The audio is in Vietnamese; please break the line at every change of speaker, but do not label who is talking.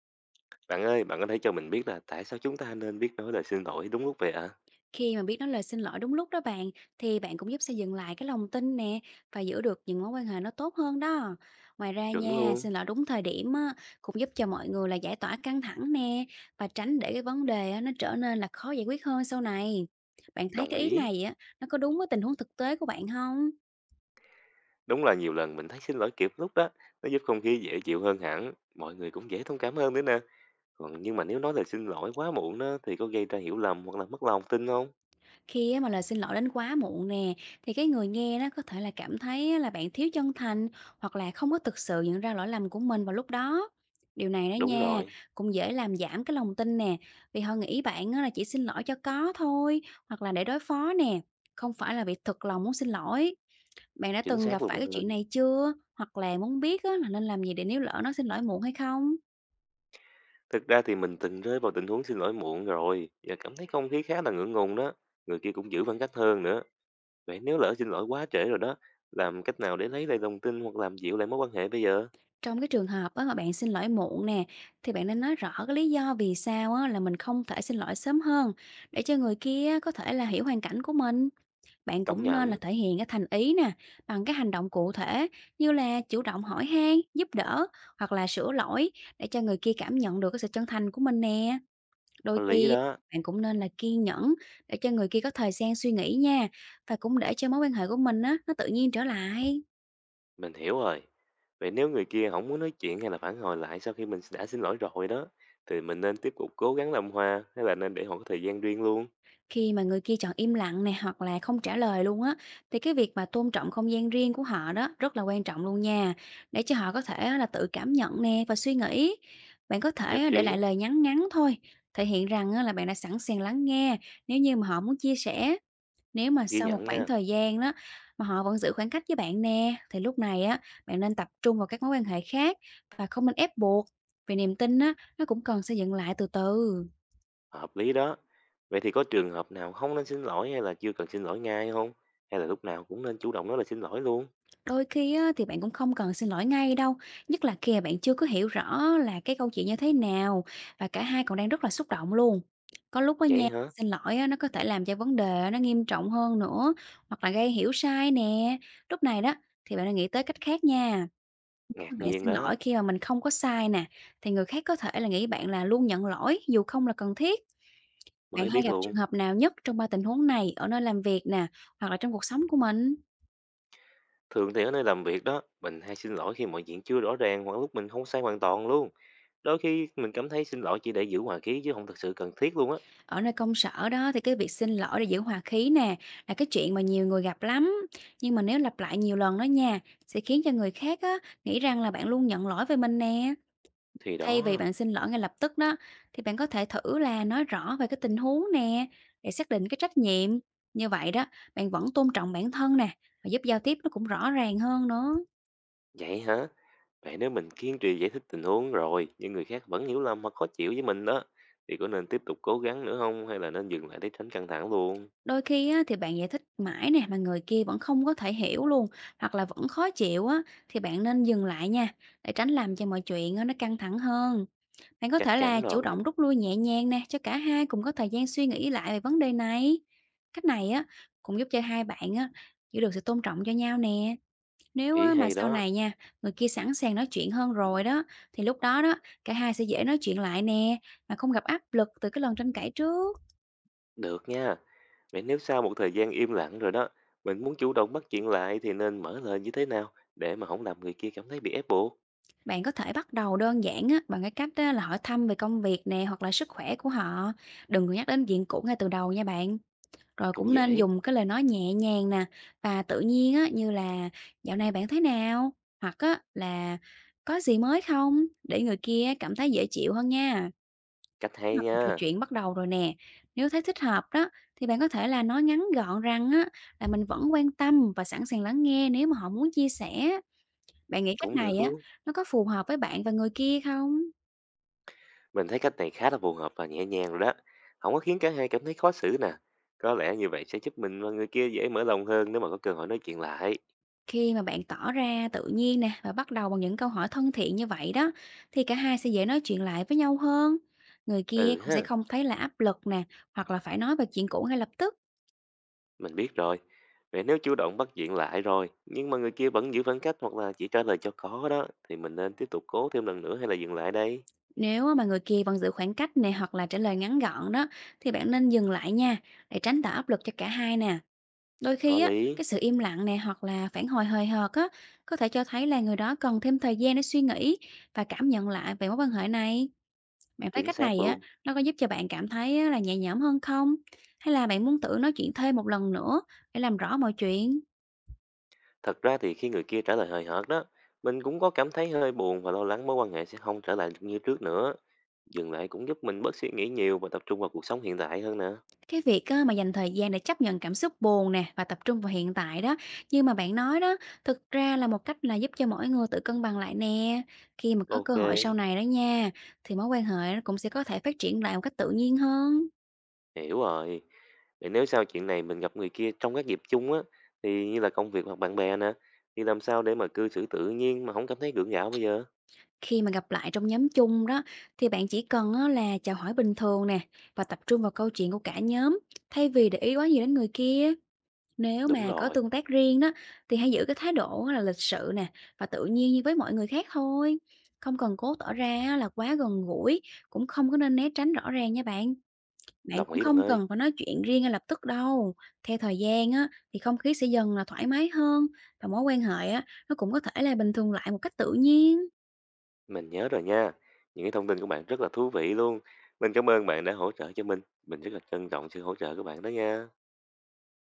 Bạn ơi, bạn có thể cho mình biết là tại sao chúng ta nên biết nói lời xin lỗi đúng lúc vậy ạ?
Khi mà biết nói lời xin lỗi đúng lúc đó bạn, thì bạn cũng giúp xây dựng lại cái lòng tin nè và giữ được những mối quan hệ nó tốt hơn đó. Ngoài ra
Chuẩn
nha,
luôn,
xin lỗi đúng thời điểm á, cũng giúp cho mọi người là giải tỏa căng thẳng nè và tránh để cái vấn đề á, nó trở nên là khó giải quyết hơn sau này. Bạn thấy
đồng
cái ý
ý.
này á, nó có đúng với tình huống thực tế của bạn không?
Đúng là nhiều lần mình thấy xin lỗi kịp lúc đó, nó giúp không khí dễ chịu hơn hẳn, mọi người cũng dễ thông cảm hơn nữa nè. Còn nhưng mà nếu nói lời xin lỗi quá muộn đó thì có gây ra hiểu lầm hoặc là mất lòng tin không?
Khi á mà lời xin lỗi đến quá muộn nè, thì cái người nghe nó có thể là cảm thấy á là bạn thiếu chân thành, hoặc là không có thực sự nhận ra lỗi lầm của mình vào lúc đó. Điều này đó
Đúng
nha,
rồi,
cũng dễ làm giảm cái lòng tin nè, vì họ nghĩ bạn á là chỉ xin lỗi cho có thôi, hoặc là để đối phó nè, không phải là vì thực lòng muốn xin lỗi. Bạn đã
chính
từng
xác
gặp
luôn
phải cái
bạn
chuyện
ơi.
này chưa? Hoặc là muốn biết á là nên làm gì để nếu lỡ nó xin lỗi muộn hay không?
Thực ra thì mình từng rơi vào tình huống xin lỗi muộn rồi và cảm thấy không khí khá là ngượng ngùng đó. Người kia cũng giữ khoảng cách hơn nữa. Vậy nếu lỡ xin lỗi quá trễ rồi đó, làm cách nào để lấy lại lòng tin hoặc làm dịu lại mối quan hệ bây giờ?
Trong cái trường hợp á mà bạn xin lỗi muộn nè, thì bạn nên nói rõ cái lý do vì sao á là mình không thể xin lỗi sớm hơn, để cho người kia á có thể là hiểu hoàn cảnh của mình. Bạn
Công
cũng nên là
nhận.
thể hiện cái thành ý nè bằng cái hành động cụ thể, như là chủ động hỏi han, giúp đỡ, hoặc là sửa lỗi, để cho người kia cảm nhận được cái sự chân thành của mình nè. Đôi
Có lý
khi
đó,
bạn cũng nên là kiên nhẫn, để cho người kia có thời gian suy nghĩ nha, và cũng để cho mối quan hệ của mình á nó tự nhiên trở lại.
mình hiểu rồi. Vậy nếu người kia không muốn nói chuyện hay là phản hồi lại sau khi mình đã xin lỗi rồi đó, thì mình nên tiếp tục cố gắng làm hòa hay là nên để họ có thời gian riêng luôn?
Khi mà người kia chọn im lặng này, hoặc là không trả lời luôn á, thì cái việc mà tôn trọng không gian riêng của họ đó rất là quan trọng luôn nha, để cho họ có thể á, là tự cảm nhận nè và suy nghĩ. Bạn có thể
Nhất
á, để lại
trí,
lời nhắn ngắn thôi, thể hiện rằng á, là bạn đã sẵn sàng lắng nghe nếu như mà họ muốn chia sẻ. Nếu mà
ghi
sau một
nhận
khoảng
nha,
thời gian đó mà họ vẫn giữ khoảng cách với bạn nè, thì lúc này á, bạn nên tập trung vào các mối quan hệ khác và không nên ép buộc, vì niềm tin á nó cũng cần xây dựng lại từ từ.
hợp lý đó. Vậy thì có trường hợp nào không nên xin lỗi hay là chưa cần xin lỗi ngay không? Hay là lúc nào cũng nên chủ động nói là xin lỗi luôn?
Đôi khi á, thì bạn cũng không cần xin lỗi ngay đâu, nhất là khi bạn chưa có hiểu rõ là cái câu chuyện như thế nào, và cả hai còn đang rất là xúc động luôn. Có lúc á
Vậy
nha,
hả?
xin lỗi á, nó có thể làm cho vấn đề nó nghiêm trọng hơn nữa, hoặc là gây hiểu sai nè. Lúc này đó, thì bạn nên nghĩ tới cách khác nha.
Ngạc
Bạn
nhiên
xin
đó,
lỗi khi mà mình không có sai nè, thì người khác có thể là nghĩ bạn là luôn nhận lỗi dù không là cần thiết. Bạn
mới
hay
biết
gặp
luôn.
trường hợp nào nhất trong ba tình huống này ở nơi làm việc nè, hoặc là trong cuộc sống của mình?
Thường thì ở nơi làm việc đó, mình hay xin lỗi khi mọi chuyện chưa rõ ràng hoặc lúc mình không sai hoàn toàn luôn. Đôi khi mình cảm thấy xin lỗi chỉ để giữ hòa khí chứ không thực sự cần thiết luôn á.
Ở nơi công sở đó, thì cái việc xin lỗi để giữ hòa khí nè là cái chuyện mà nhiều người gặp lắm. Nhưng mà nếu lặp lại nhiều lần đó nha, sẽ khiến cho người khác á, nghĩ rằng là bạn luôn nhận lỗi về mình nè.
Thì
Thay vì
đó,
bạn xin lỗi ngay lập tức đó, thì bạn có thể thử là nói rõ về cái tình huống nè, để xác định cái trách nhiệm. Như vậy đó, bạn vẫn tôn trọng bản thân nè, và giúp giao tiếp nó cũng rõ ràng hơn nữa.
vậy hả? Vậy nếu mình kiên trì giải thích tình huống rồi, nhưng người khác vẫn hiểu lầm hoặc khó chịu với mình đó, thì có nên tiếp tục cố gắng nữa không? Hay là nên dừng lại để tránh căng thẳng luôn?
Đôi khi á, thì bạn giải thích mãi nè mà người kia vẫn không có thể hiểu luôn, hoặc là vẫn khó chịu á, thì bạn nên dừng lại nha, để tránh làm cho mọi chuyện á, nó căng thẳng hơn. Bạn có
Chắc
thể là
chắn
chủ
rồi,
động rút lui nhẹ nhàng nè, cho cả hai cùng có thời gian suy nghĩ lại về vấn đề này. Cách này á, cũng giúp cho hai bạn á giữ được sự tôn trọng cho nhau nè. Nếu
ý
á, mà
hay
sau
đó.
này nha, người kia sẵn sàng nói chuyện hơn rồi đó, thì lúc đó đó, cả hai sẽ dễ nói chuyện lại nè mà không gặp áp lực từ cái lần tranh cãi trước.
Được nha, vậy nếu sau một thời gian im lặng rồi đó, mình muốn chủ động bắt chuyện lại thì nên mở lời như thế nào để mà không làm người kia cảm thấy bị ép buộc?
Bạn có thể bắt đầu đơn giản á, bằng cái cách á, là hỏi thăm về công việc nè, hoặc là sức khỏe của họ. Đừng có nhắc đến chuyện cũ ngay từ đầu nha bạn. Rồi
Cũng
cũng nên
dễ,
dùng cái lời nói nhẹ nhàng nè và tự nhiên á, như là dạo này bạn thế nào? Hoặc á, là có gì mới không? Để người kia cảm thấy dễ chịu hơn nha.
cách
Nếu
hay
mà cuộc trò
nha,
chuyện bắt đầu rồi nè. Nếu thấy thích hợp đó, thì bạn có thể là nói ngắn gọn rằng á, là mình vẫn quan tâm và sẵn sàng lắng nghe nếu mà họ muốn chia sẻ. Bạn nghĩ cách
cũng
này
được
á,
luôn.
nó có phù hợp với bạn và người kia không?
Mình thấy cách này khá là phù hợp và nhẹ nhàng rồi đó. Không có khiến cả hai cảm thấy khó xử nè. Có lẽ như vậy sẽ giúp mình và người kia dễ mở lòng hơn nếu mà có cơ hội nói chuyện lại.
Khi mà bạn tỏ ra tự nhiên nè và bắt đầu bằng những câu hỏi thân thiện như vậy đó, thì cả hai sẽ dễ nói chuyện lại với nhau hơn. Người kia
Ừ
cũng sẽ
ha,
không thấy là áp lực nè, hoặc là phải nói về chuyện cũ ngay lập tức.
mình biết rồi. Vậy nếu chủ động bắt chuyện lại rồi, nhưng mà người kia vẫn giữ khoảng cách hoặc là chỉ trả lời cho có đó, thì mình nên tiếp tục cố thêm lần nữa hay là dừng lại đây?
Nếu mà người kia vẫn giữ khoảng cách nè, hoặc là trả lời ngắn gọn đó, thì bạn nên dừng lại nha, để tránh tạo áp lực cho cả hai nè. Đôi
Có
khi á,
lý,
cái sự im lặng nè, hoặc là phản hồi hời hợt á, có thể cho thấy là người đó cần thêm thời gian để suy nghĩ và cảm nhận lại về mối quan hệ này. Bạn thấy
chính
cách
xác
này á,
luôn.
nó có giúp cho bạn cảm thấy á là nhẹ nhõm hơn không? Hay là bạn muốn thử nói chuyện thêm một lần nữa để làm rõ mọi chuyện?
Thật ra thì khi người kia trả lời hời hợt đó, mình cũng có cảm thấy hơi buồn và lo lắng mối quan hệ sẽ không trở lại được như trước nữa. Dừng lại cũng giúp mình bớt suy nghĩ nhiều và tập trung vào cuộc sống hiện tại hơn nè.
Cái việc á, mà dành thời gian để chấp nhận cảm xúc buồn nè và tập trung vào hiện tại đó, như mà bạn nói đó, thực ra là một cách là giúp cho mỗi người tự cân bằng lại nè. Khi mà có cơ
OK,
hội sau này đó nha, thì mối quan hệ nó cũng sẽ có thể phát triển lại một cách tự nhiên hơn.
hiểu rồi. Vậy nếu sau chuyện này mình gặp người kia trong các dịp chung á, thì như là công việc hoặc bạn bè nè, thì làm sao để mà cư xử tự nhiên mà không cảm thấy gượng gạo bây giờ?
Khi mà gặp lại trong nhóm chung đó, thì bạn chỉ cần á là chào hỏi bình thường nè và tập trung vào câu chuyện của cả nhóm, thay vì để ý quá nhiều đến người kia. Nếu
Đúng
mà có
rồi,
tương tác riêng đó, thì hãy giữ cái thái độ là lịch sự nè và tự nhiên như với mọi người khác thôi. Không cần cố tỏ ra là quá gần gũi, cũng không có nên né tránh rõ ràng nha bạn. Bạn
đồng
cũng
ý bạn
không
ơi.
cần phải nói chuyện riêng ngay lập tức đâu. Theo thời gian á, thì không khí sẽ dần là thoải mái hơn, và mối quan hệ á, nó cũng có thể là bình thường lại một cách tự nhiên.
Mình nhớ rồi nha. Những cái thông tin của bạn rất là thú vị luôn. Mình cảm ơn bạn đã hỗ trợ cho mình. Mình rất là trân trọng sự hỗ trợ của bạn đó nha.